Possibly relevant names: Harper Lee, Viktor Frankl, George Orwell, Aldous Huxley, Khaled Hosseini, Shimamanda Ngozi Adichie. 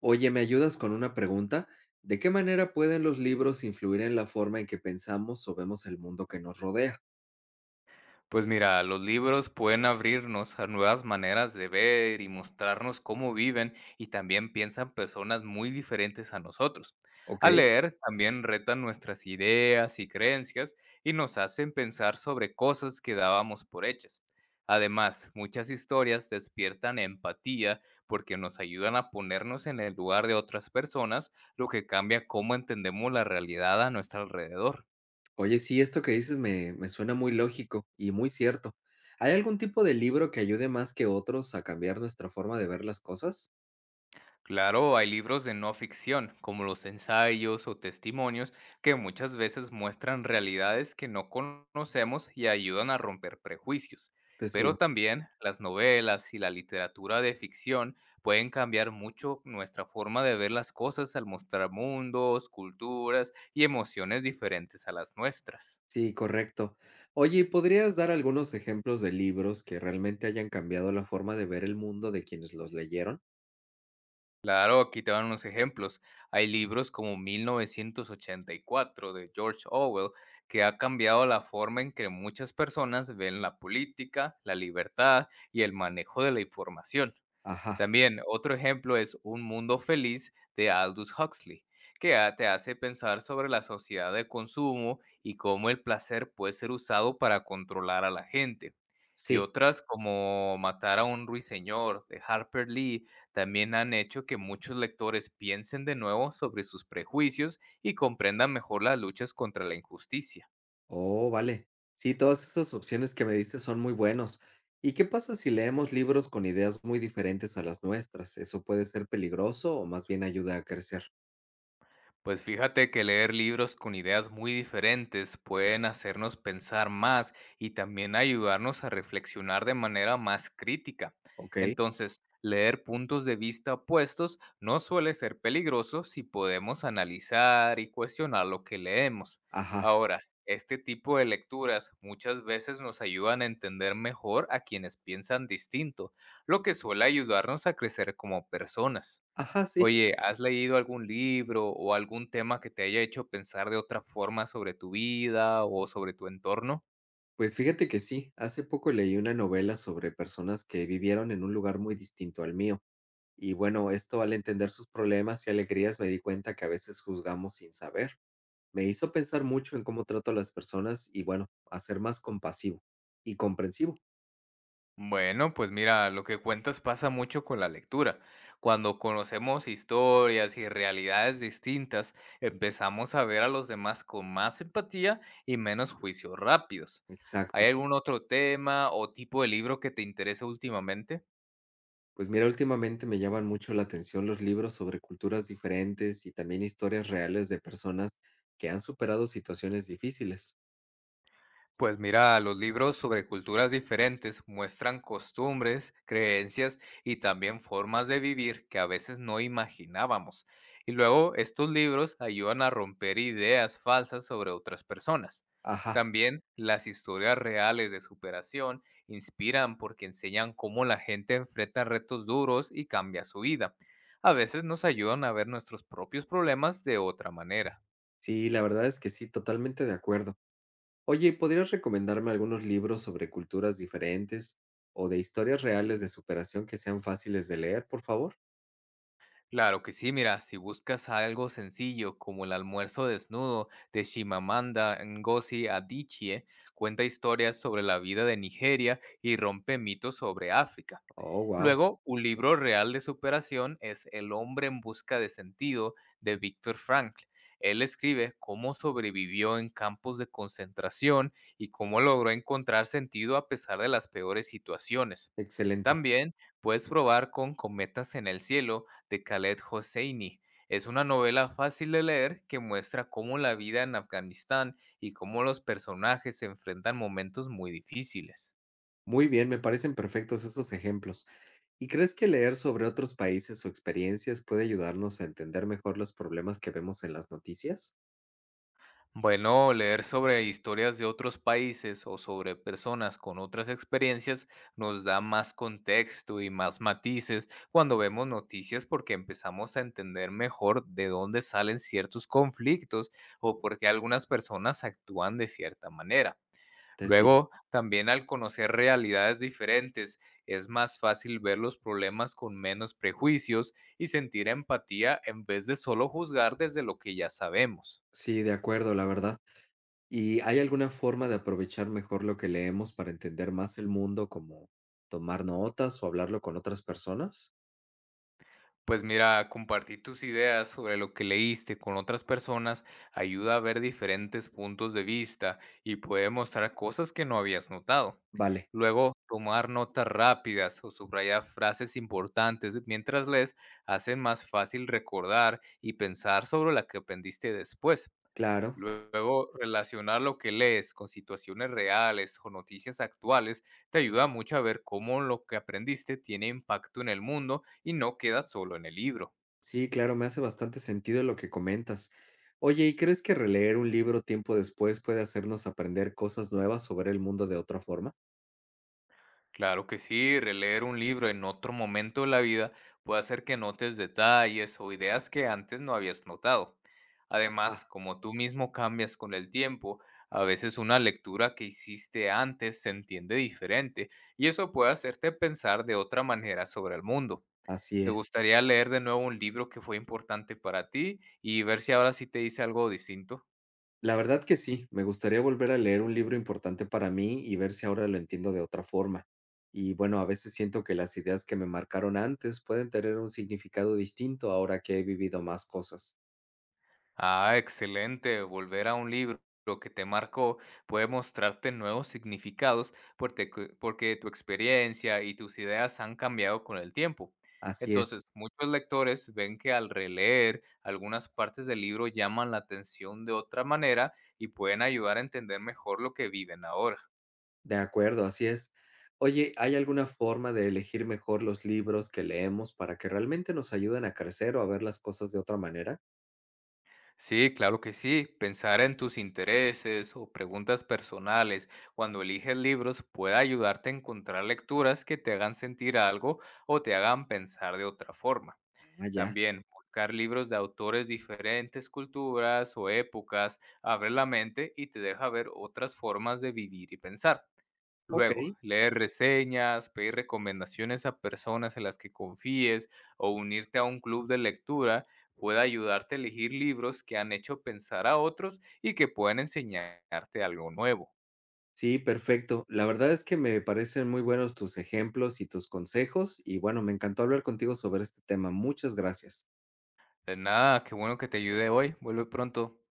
Oye, ¿me ayudas con una pregunta? ¿De qué manera pueden los libros influir en la forma en que pensamos o vemos el mundo que nos rodea? Pues mira, los libros pueden abrirnos a nuevas maneras de ver y mostrarnos cómo viven y también piensan personas muy diferentes a nosotros. Ok. Al leer también retan nuestras ideas y creencias y nos hacen pensar sobre cosas que dábamos por hechas. Además, muchas historias despiertan empatía porque nos ayudan a ponernos en el lugar de otras personas, lo que cambia cómo entendemos la realidad a nuestro alrededor. Oye, sí, esto que dices me suena muy lógico y muy cierto. ¿Hay algún tipo de libro que ayude más que otros a cambiar nuestra forma de ver las cosas? Claro, hay libros de no ficción, como los ensayos o testimonios, que muchas veces muestran realidades que no conocemos y ayudan a romper prejuicios. Te Pero sigo. también las novelas y la literatura de ficción pueden cambiar mucho nuestra forma de ver las cosas al mostrar mundos, culturas y emociones diferentes a las nuestras. Sí, correcto. Oye, ¿podrías dar algunos ejemplos de libros que realmente hayan cambiado la forma de ver el mundo de quienes los leyeron? Claro, aquí te van unos ejemplos. Hay libros como 1984 de George Orwell que ha cambiado la forma en que muchas personas ven la política, la libertad y el manejo de la información. Ajá, También otro ejemplo es Un Mundo Feliz de Aldous Huxley, que te hace pensar sobre la sociedad de consumo y cómo el placer puede ser usado para controlar a la gente. Y sí. otras como Matar a un ruiseñor de Harper Lee también han hecho que muchos lectores piensen de nuevo sobre sus prejuicios y comprendan mejor las luchas contra la injusticia. Oh, vale. Sí, todas esas opciones que me diste son muy buenos. ¿Y qué pasa si leemos libros con ideas muy diferentes a las nuestras? ¿Eso puede ser peligroso o más bien ayuda a crecer? Pues fíjate que leer libros con ideas muy diferentes pueden hacernos pensar más y también ayudarnos a reflexionar de manera más crítica. Ok, Entonces, leer puntos de vista opuestos no suele ser peligroso si podemos analizar y cuestionar lo que leemos. ajá, Ahora, este tipo de lecturas muchas veces nos ayudan a entender mejor a quienes piensan distinto, lo que suele ayudarnos a crecer como personas. ajá, sí. Oye, ¿has leído algún libro o algún tema que te haya hecho pensar de otra forma sobre tu vida o sobre tu entorno? Pues fíjate que sí, hace poco leí una novela sobre personas que vivieron en un lugar muy distinto al mío. Y bueno, esto al entender sus problemas y alegrías me di cuenta que a veces juzgamos sin saber. Me hizo pensar mucho en cómo trato a las personas y bueno, a ser más compasivo y comprensivo. Bueno, pues mira, lo que cuentas pasa mucho con la lectura. Cuando conocemos historias y realidades distintas, empezamos a ver a los demás con más empatía y menos juicios rápidos. ¿Hay Exacto. algún otro tema o tipo de libro que te interese últimamente? Pues mira, últimamente me llaman mucho la atención los libros sobre culturas diferentes y también historias reales de personas que han superado situaciones difíciles. Pues mira, los libros sobre culturas diferentes muestran costumbres, creencias y también formas de vivir que a veces no imaginábamos. Y luego estos libros ayudan a romper ideas falsas sobre otras personas. Ajá, También las historias reales de superación inspiran porque enseñan cómo la gente enfrenta retos duros y cambia su vida. A veces nos ayudan a ver nuestros propios problemas de otra manera. sí, la verdad es que sí, totalmente de acuerdo. Oye, ¿podrías recomendarme algunos libros sobre culturas diferentes o de historias reales de superación que sean fáciles de leer, por favor? Claro que sí, mira, si buscas algo sencillo como el almuerzo desnudo de Shimamanda Ngozi Adichie, cuenta historias sobre la vida de Nigeria y rompe mitos sobre África. Oh, wow, Luego, un libro real de superación es El hombre en busca de sentido de Viktor Frankl. Él escribe cómo sobrevivió en campos de concentración y cómo logró encontrar sentido a pesar de las peores situaciones. excelente. También puedes probar con Cometas en el cielo de Khaled Hosseini. Es una novela fácil de leer que muestra cómo la vida en Afganistán y cómo los personajes se enfrentan momentos muy difíciles. Muy bien, me parecen perfectos esos ejemplos. ¿Y crees que leer sobre otros países o experiencias puede ayudarnos a entender mejor los problemas que vemos en las noticias? Bueno, leer sobre historias de otros países o sobre personas con otras experiencias nos da más contexto y más matices cuando vemos noticias porque empezamos a entender mejor de dónde salen ciertos conflictos o por qué algunas personas actúan de cierta manera. Te sigo. Luego, también al conocer realidades diferentes, es más fácil ver los problemas con menos prejuicios y sentir empatía en vez de solo juzgar desde lo que ya sabemos. Sí, de acuerdo, la verdad. ¿Y hay alguna forma de aprovechar mejor lo que leemos para entender más el mundo, como tomar notas o hablarlo con otras personas? Pues mira, compartir tus ideas sobre lo que leíste con otras personas ayuda a ver diferentes puntos de vista y puede mostrar cosas que no habías notado. Vale, Luego, tomar notas rápidas o subrayar frases importantes mientras lees hacen más fácil recordar y pensar sobre la que aprendiste después. claro. Luego, relacionar lo que lees con situaciones reales o noticias actuales te ayuda mucho a ver cómo lo que aprendiste tiene impacto en el mundo y no queda solo en el libro. Sí, claro, me hace bastante sentido lo que comentas. Oye, ¿y crees que releer un libro tiempo después puede hacernos aprender cosas nuevas sobre el mundo de otra forma? Claro que sí, releer un libro en otro momento de la vida puede hacer que notes detalles o ideas que antes no habías notado. Además, Ajá. como tú mismo cambias con el tiempo, a veces una lectura que hiciste antes se entiende diferente y eso puede hacerte pensar de otra manera sobre el mundo. Así ¿Te es. gustaría leer de nuevo un libro que fue importante para ti y ver si ahora sí te dice algo distinto? La verdad que sí, me gustaría volver a leer un libro importante para mí y ver si ahora lo entiendo de otra forma. Y bueno, a veces siento que las ideas que me marcaron antes pueden tener un significado distinto ahora que he vivido más cosas. Ah, excelente. Volver a un libro que te marcó puede mostrarte nuevos significados porque, porque tu experiencia y tus ideas han cambiado con el tiempo. Así es, Entonces, muchos lectores ven que al releer algunas partes del libro llaman la atención de otra manera y pueden ayudar a entender mejor lo que viven ahora. de acuerdo, así es. Oye, ¿hay alguna forma de elegir mejor los libros que leemos para que realmente nos ayuden a crecer o a ver las cosas de otra manera? Sí, claro que sí. Pensar en tus intereses o preguntas personales cuando eliges libros puede ayudarte a encontrar lecturas que te hagan sentir algo o te hagan pensar de otra forma. Ah, ya. También buscar libros de autores diferentes culturas o épocas abre la mente y te deja ver otras formas de vivir y pensar. Ok. Luego, leer reseñas, pedir recomendaciones a personas en las que confíes o unirte a un club de lectura puede ayudarte a elegir libros que han hecho pensar a otros y que pueden enseñarte algo nuevo. Sí, perfecto. La verdad es que me parecen muy buenos tus ejemplos y tus consejos y bueno, me encantó hablar contigo sobre este tema. Muchas gracias. De nada, qué bueno que te ayude hoy. Vuelve pronto.